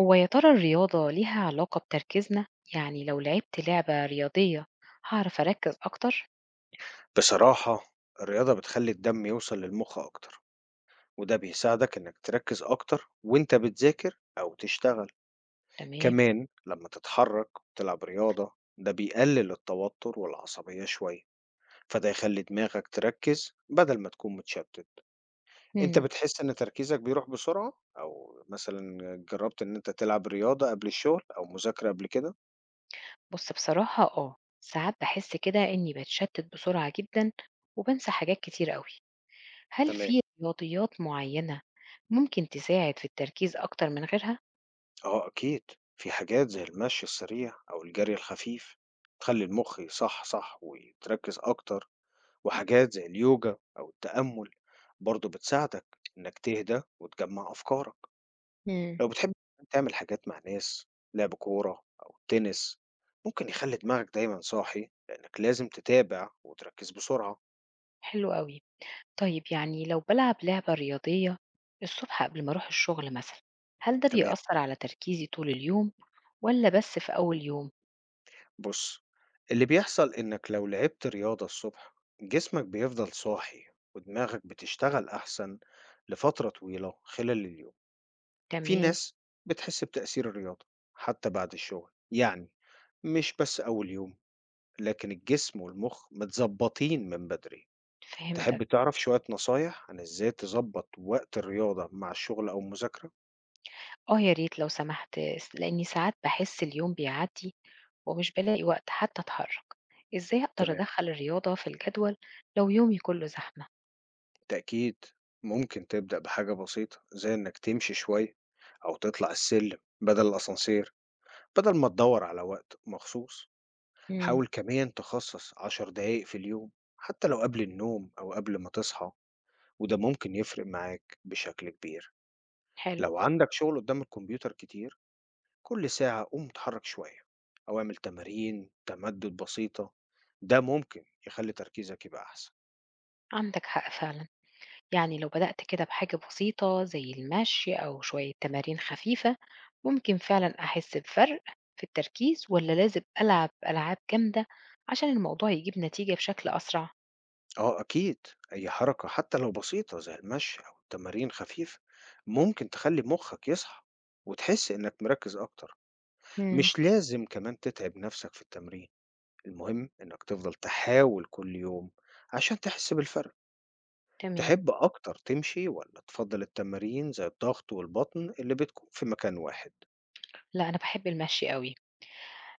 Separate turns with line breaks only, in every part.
هو يا ترى الرياضة ليها علاقة بتركيزنا؟ يعني لو لعبت لعبة رياضية هاعرف أركز أكتر؟
بصراحة، الرياضة بتخلّي الدم يوصل للمخ أكتر، وده بيساعدك إنك تركّز أكتر وأنت بتذاكر أو تشتغل.
تمام.
كمان لمّا تتحرك وتلعب رياضة، ده بيقلل التوتر والعصبية شوية، فده يخلّي دماغك تركّز بدل ما تكون متشتت. أنت
مم.
بتحس إن تركيزك بيروح بسرعة، أو مثلًا جرّبت إن أنت تلعب رياضة قبل الشغل أو مذاكرة قبل كده؟
بص، بصراحة ساعات بحس كده إني بتشتت بسرعة جدا، وبنسى حاجات كتير قوي. هل
تمام.
في رياضيات معينة ممكن تساعد في التركيز أكتر من غيرها؟
آه أكيد، في حاجات زي المشي السريع أو الجري الخفيف تخلي المخ يصحصح ويتركز أكتر، وحاجات زي اليوجا أو التأمل برضو بتساعدك إنك تهدى وتجمع أفكارك.
مم.
لو بتحب كمان تعمل حاجات مع ناس، لعب كورة أو تنس، ممكن يخلي دماغك دايما صاحي لأنك لازم تتابع وتركز بسرعة.
حلو قوي. طيب، يعني لو بلعب لعبة رياضية الصبح قبل ما أروح الشغل مثلا، هل ده
تمام.
بيأثر على تركيزي طول اليوم ولا بس في أول يوم؟
بُص، اللي بيحصل إنك لو لعبت رياضة الصبح، جسمك بيفضل صاحي ودماغك بتشتغل أحسن لفترة طويلة خلال اليوم. في
تمام.
ناس بتحس بتأثير الرياضة حتى بعد الشغل، يعني مش بس أول يوم، لكن الجسم والمخ متضبطين من بدري. تحب
فهمتك.
تعرف شوية نصايح عن إزاي تضبط وقت الرياضة مع الشغل أو المذاكرة؟
آه يا ريت لو سمحت، لإني ساعات باحس اليوم بيعدّي ومش بالاقي وقت حتى أتحرّك. إزاي أقدر
تمام.
أدخّل الرياضة في الجدول لو يومي كُلّه زحمة؟
بالتأكيد، ممكن تبدأ بحاجة بسيطة زي إنك تمشي شوية أو تطلع السلم بدل الأسانسير بدل ما تدور على وقت مخصوص.
إمم،
حاول كمان تخصص 10 دقايق في اليوم، حتى لو قبل النوم أو قبل ما تصحى، وده ممكن يفرق معاك بشكل كبير.
حلو.
لو عندك شغل قدام الكمبيوتر كتير، كل ساعة قوم اتحرك شوية أو اعمل تمارين تمدد بسيطة، ده ممكن يخلي تركيزك يبقى أحسن.
عندك حق فعلًا. يعني لو بدأت كده بحاجة بسيطة زي المشي أو شوية تمارين خفيفة، ممكن فعلًا أحس بفرق في التركيز والّا لازم ألعب ألعاب جامدة عشان الموضوع يجيب نتيجة بشكل أسرع؟
آه أكيد، أي حركة حتى لو بسيطة زي المشي أو تمارين خفيفة، ممكن تخلّي مخّك يصحى وتحس إنك مركّز أكتر.
إمم،
مش لازم كمان تتعب نَفْسك في التمرين، المهم إنك تفضل تحاول كل يوم عشان تحس بالفرق.
تمام.
تحب أكتر تمشي والّا تفضّل التمارين زي الضغط والبطن اللي بتكون في مكان واحد؟
لأ، أنا باحب المشي أوي.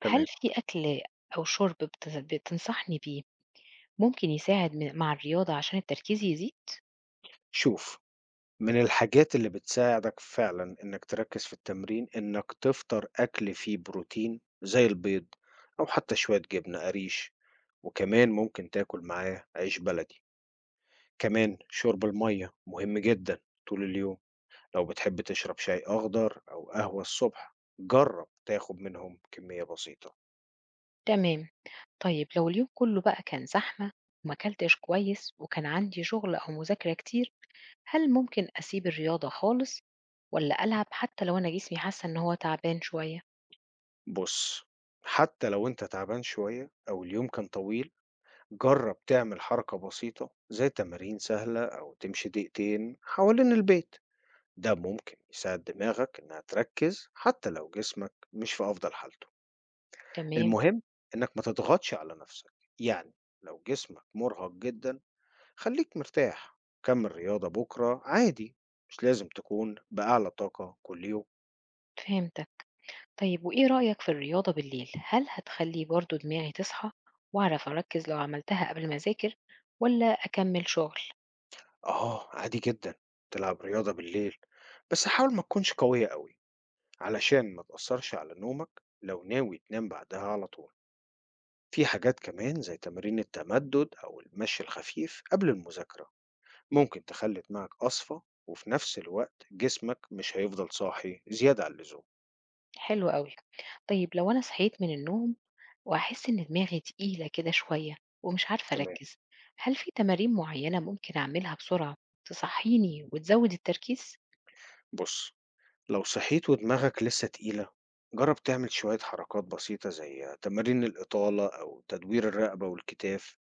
هل
تمام.
في أكل أو شرب بتنصحني بيه ممكن يساعد مع الرياضة عشان التركيز يزيد؟
شوف، من الحاجات اللي بتساعدك فعلًا إنك تركّز في التمرين، إنك تفطر أكل فيه بروتين زي البيض أو حتى شوية جبنة قريش، وكمان ممكن تاكل معاه عيش بلدي. كمان شرب المَيّة مهم جدًا طول اليوم. لو بتحب تشرب شاي أخضر أو قهوة الصبح، جرّب تاخد منهم كمية بسيطة.
تمام. طيب لو اليوم كله بقى كان زحمة وماكلتش كويس وكان عندي شغل أو مذاكرة كتير، هل ممكن أسيب الرياضة خالص ولا ألعب حتى لو أنا جسمي حاسة إن هو تعبان شوية؟
بُص، حتى لو أنت تعبان شوية أو اليوم كان طويل، جرب تعمل حركة بسيطة زي تمارين سهلة أو تمشي دقيقتين حوالين البيت، ده ممكن يساعد دماغك إنها تركز حتى لو جسمك مش في أفضل حالته.
تمام.
المهم إنك ما تضغطش على نفسك، يعني لو جسمك مرهق جدا، خليك مرتاح، كمل رياضة بكرة عادي. مش لازم تكون بأعلى طاقة كل يوم.
فهمتك. طيب، وإيه رأيك في الرياضة بالليل؟ هل هتخلي برضو دماغي تصحى وأعرف أركز لو عملتها قبل ما أذاكر ولا أكمل شغل؟
آه عادي جدا تلعب رياضة بالليل، بس حاول ما تكونش قوية أوي علشان ما تأثرش على نومك لو ناوي تنام بعدها على طول. في حاجات كمان زي تمارين التمدد أو المشي الخفيف قبل المذاكرة، ممكن تخلت معك أصفى، وفي نفس الوقت جسمك مش هيفضل صاحي زيادة عن اللزوم.
حلو أوي. طيب لو أنا صحيت من النوم وأحس إن دماغي تقيلة كده شوية ومش عارفة
تمام.
أركز، هل في تمارين معينة ممكن أعملها بسرعة تصحيني وتزود التركيز؟
بص، لو صحيت ودماغك لسه تقيلة، جرب تعمل شوية حركات بسيطة زي تمارين الإطالة أو تدوير الرقبة والكتاف،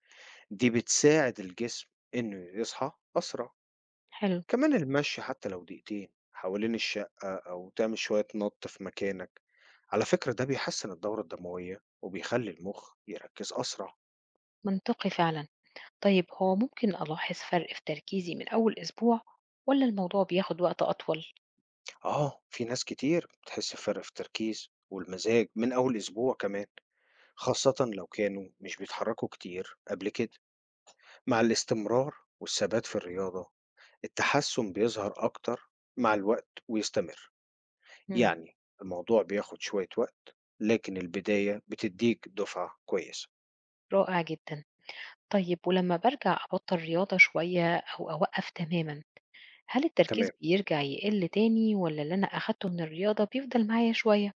دي بتساعد الجسم إنه يصحى أسرع.
حلو.
كمان المشي حتى لو دقيقتين حوالين الشقة، أو تعمل شوية نط في مكانك، على فكرة ده بيحسن الدورة الدموية وبيخلي المخ يركز أسرع.
منطقي فعلا. طيب، هو ممكن ألاحظ فرق في تركيزي من أول أسبوع ولا الموضوع بياخد وقت أطول؟
آه، في ناس كتير بتحس بفرق في التركيز والمزاج من أول أسبوع كمان، خاصة لو كانوا مش بيتحركوا كتير قبل كده. مع الاستمرار والثبات في الرياضة، التحسن بيظهر أكتر مع الوقت ويستمر.
مم.
يعني الموضوع بياخد شوية وقت لكن البداية بتديك دفعة كويسة.
رائع جدا. طيب، ولما برجع أبطل رياضة شوية أو أوقف تماما، هل التركيز
تمام.
بيرجع يقل تاني ولا اللي أنا أخدته من الرياضة بيفضل معايا شوية؟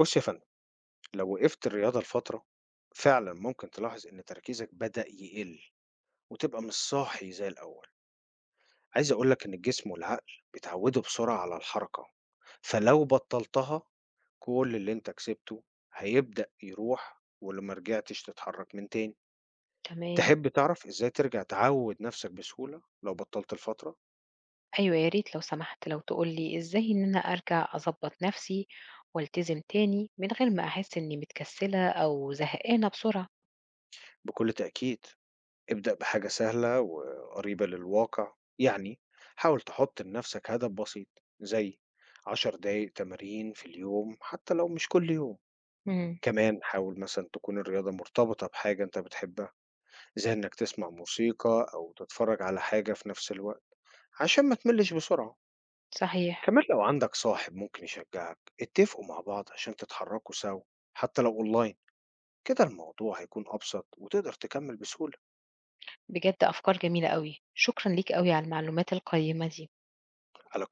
بُص يا فندم، لو وقفت الرياضة لفترة، فعلًا ممكن تلاحظ إن تركيزك بدأ يقل وتبقى مش صاحي زي الأول. عايز أقول لك إن الجسم والعقل بيتعودوا بسرعة على الحركة، فلو بطّلتها، كل اللي أنت كسبته هيبدأ يروح ولو ما رجعتش تتحرك من تاني.
تمام.
تحب تعرف إزاي ترجع تعوّد نفسك بسهولة لو بطّلت لفترة؟
أيوه يا ريت لو سمحت، لو تقول لي إزاي إن أنا أرجع أضبط نفسي والتزم تاني من غير ما أحس إني متكسلة أو زهقانة بسرعة.
بكل تأكيد. ابدأ بحاجة سهلة وقريبة للواقع، يعني حاول تحط لنفسك هدف بسيط زي 10 دقايق تمارين في اليوم، حتى لو مش كل يوم.
امم
كمان حاول مثلا تكون الرياضة مرتبطة بحاجة انت بتحبها، زي انك تسمع موسيقى او تتفرج على حاجة في نفس الوقت عشان ما تملش بسرعة.
صحيح.
كمان لو عندك صاحب ممكن يشجعك، اتفقوا مع بعض عشان تتحركوا سوا، حتى لو اونلاين، كده الموضوع هيكون ابسط وتقدر تكمل بسهولة.
بجد أفكار جميلة أوي، شكرا ليك أوي على المعلومات القيمة دي.
على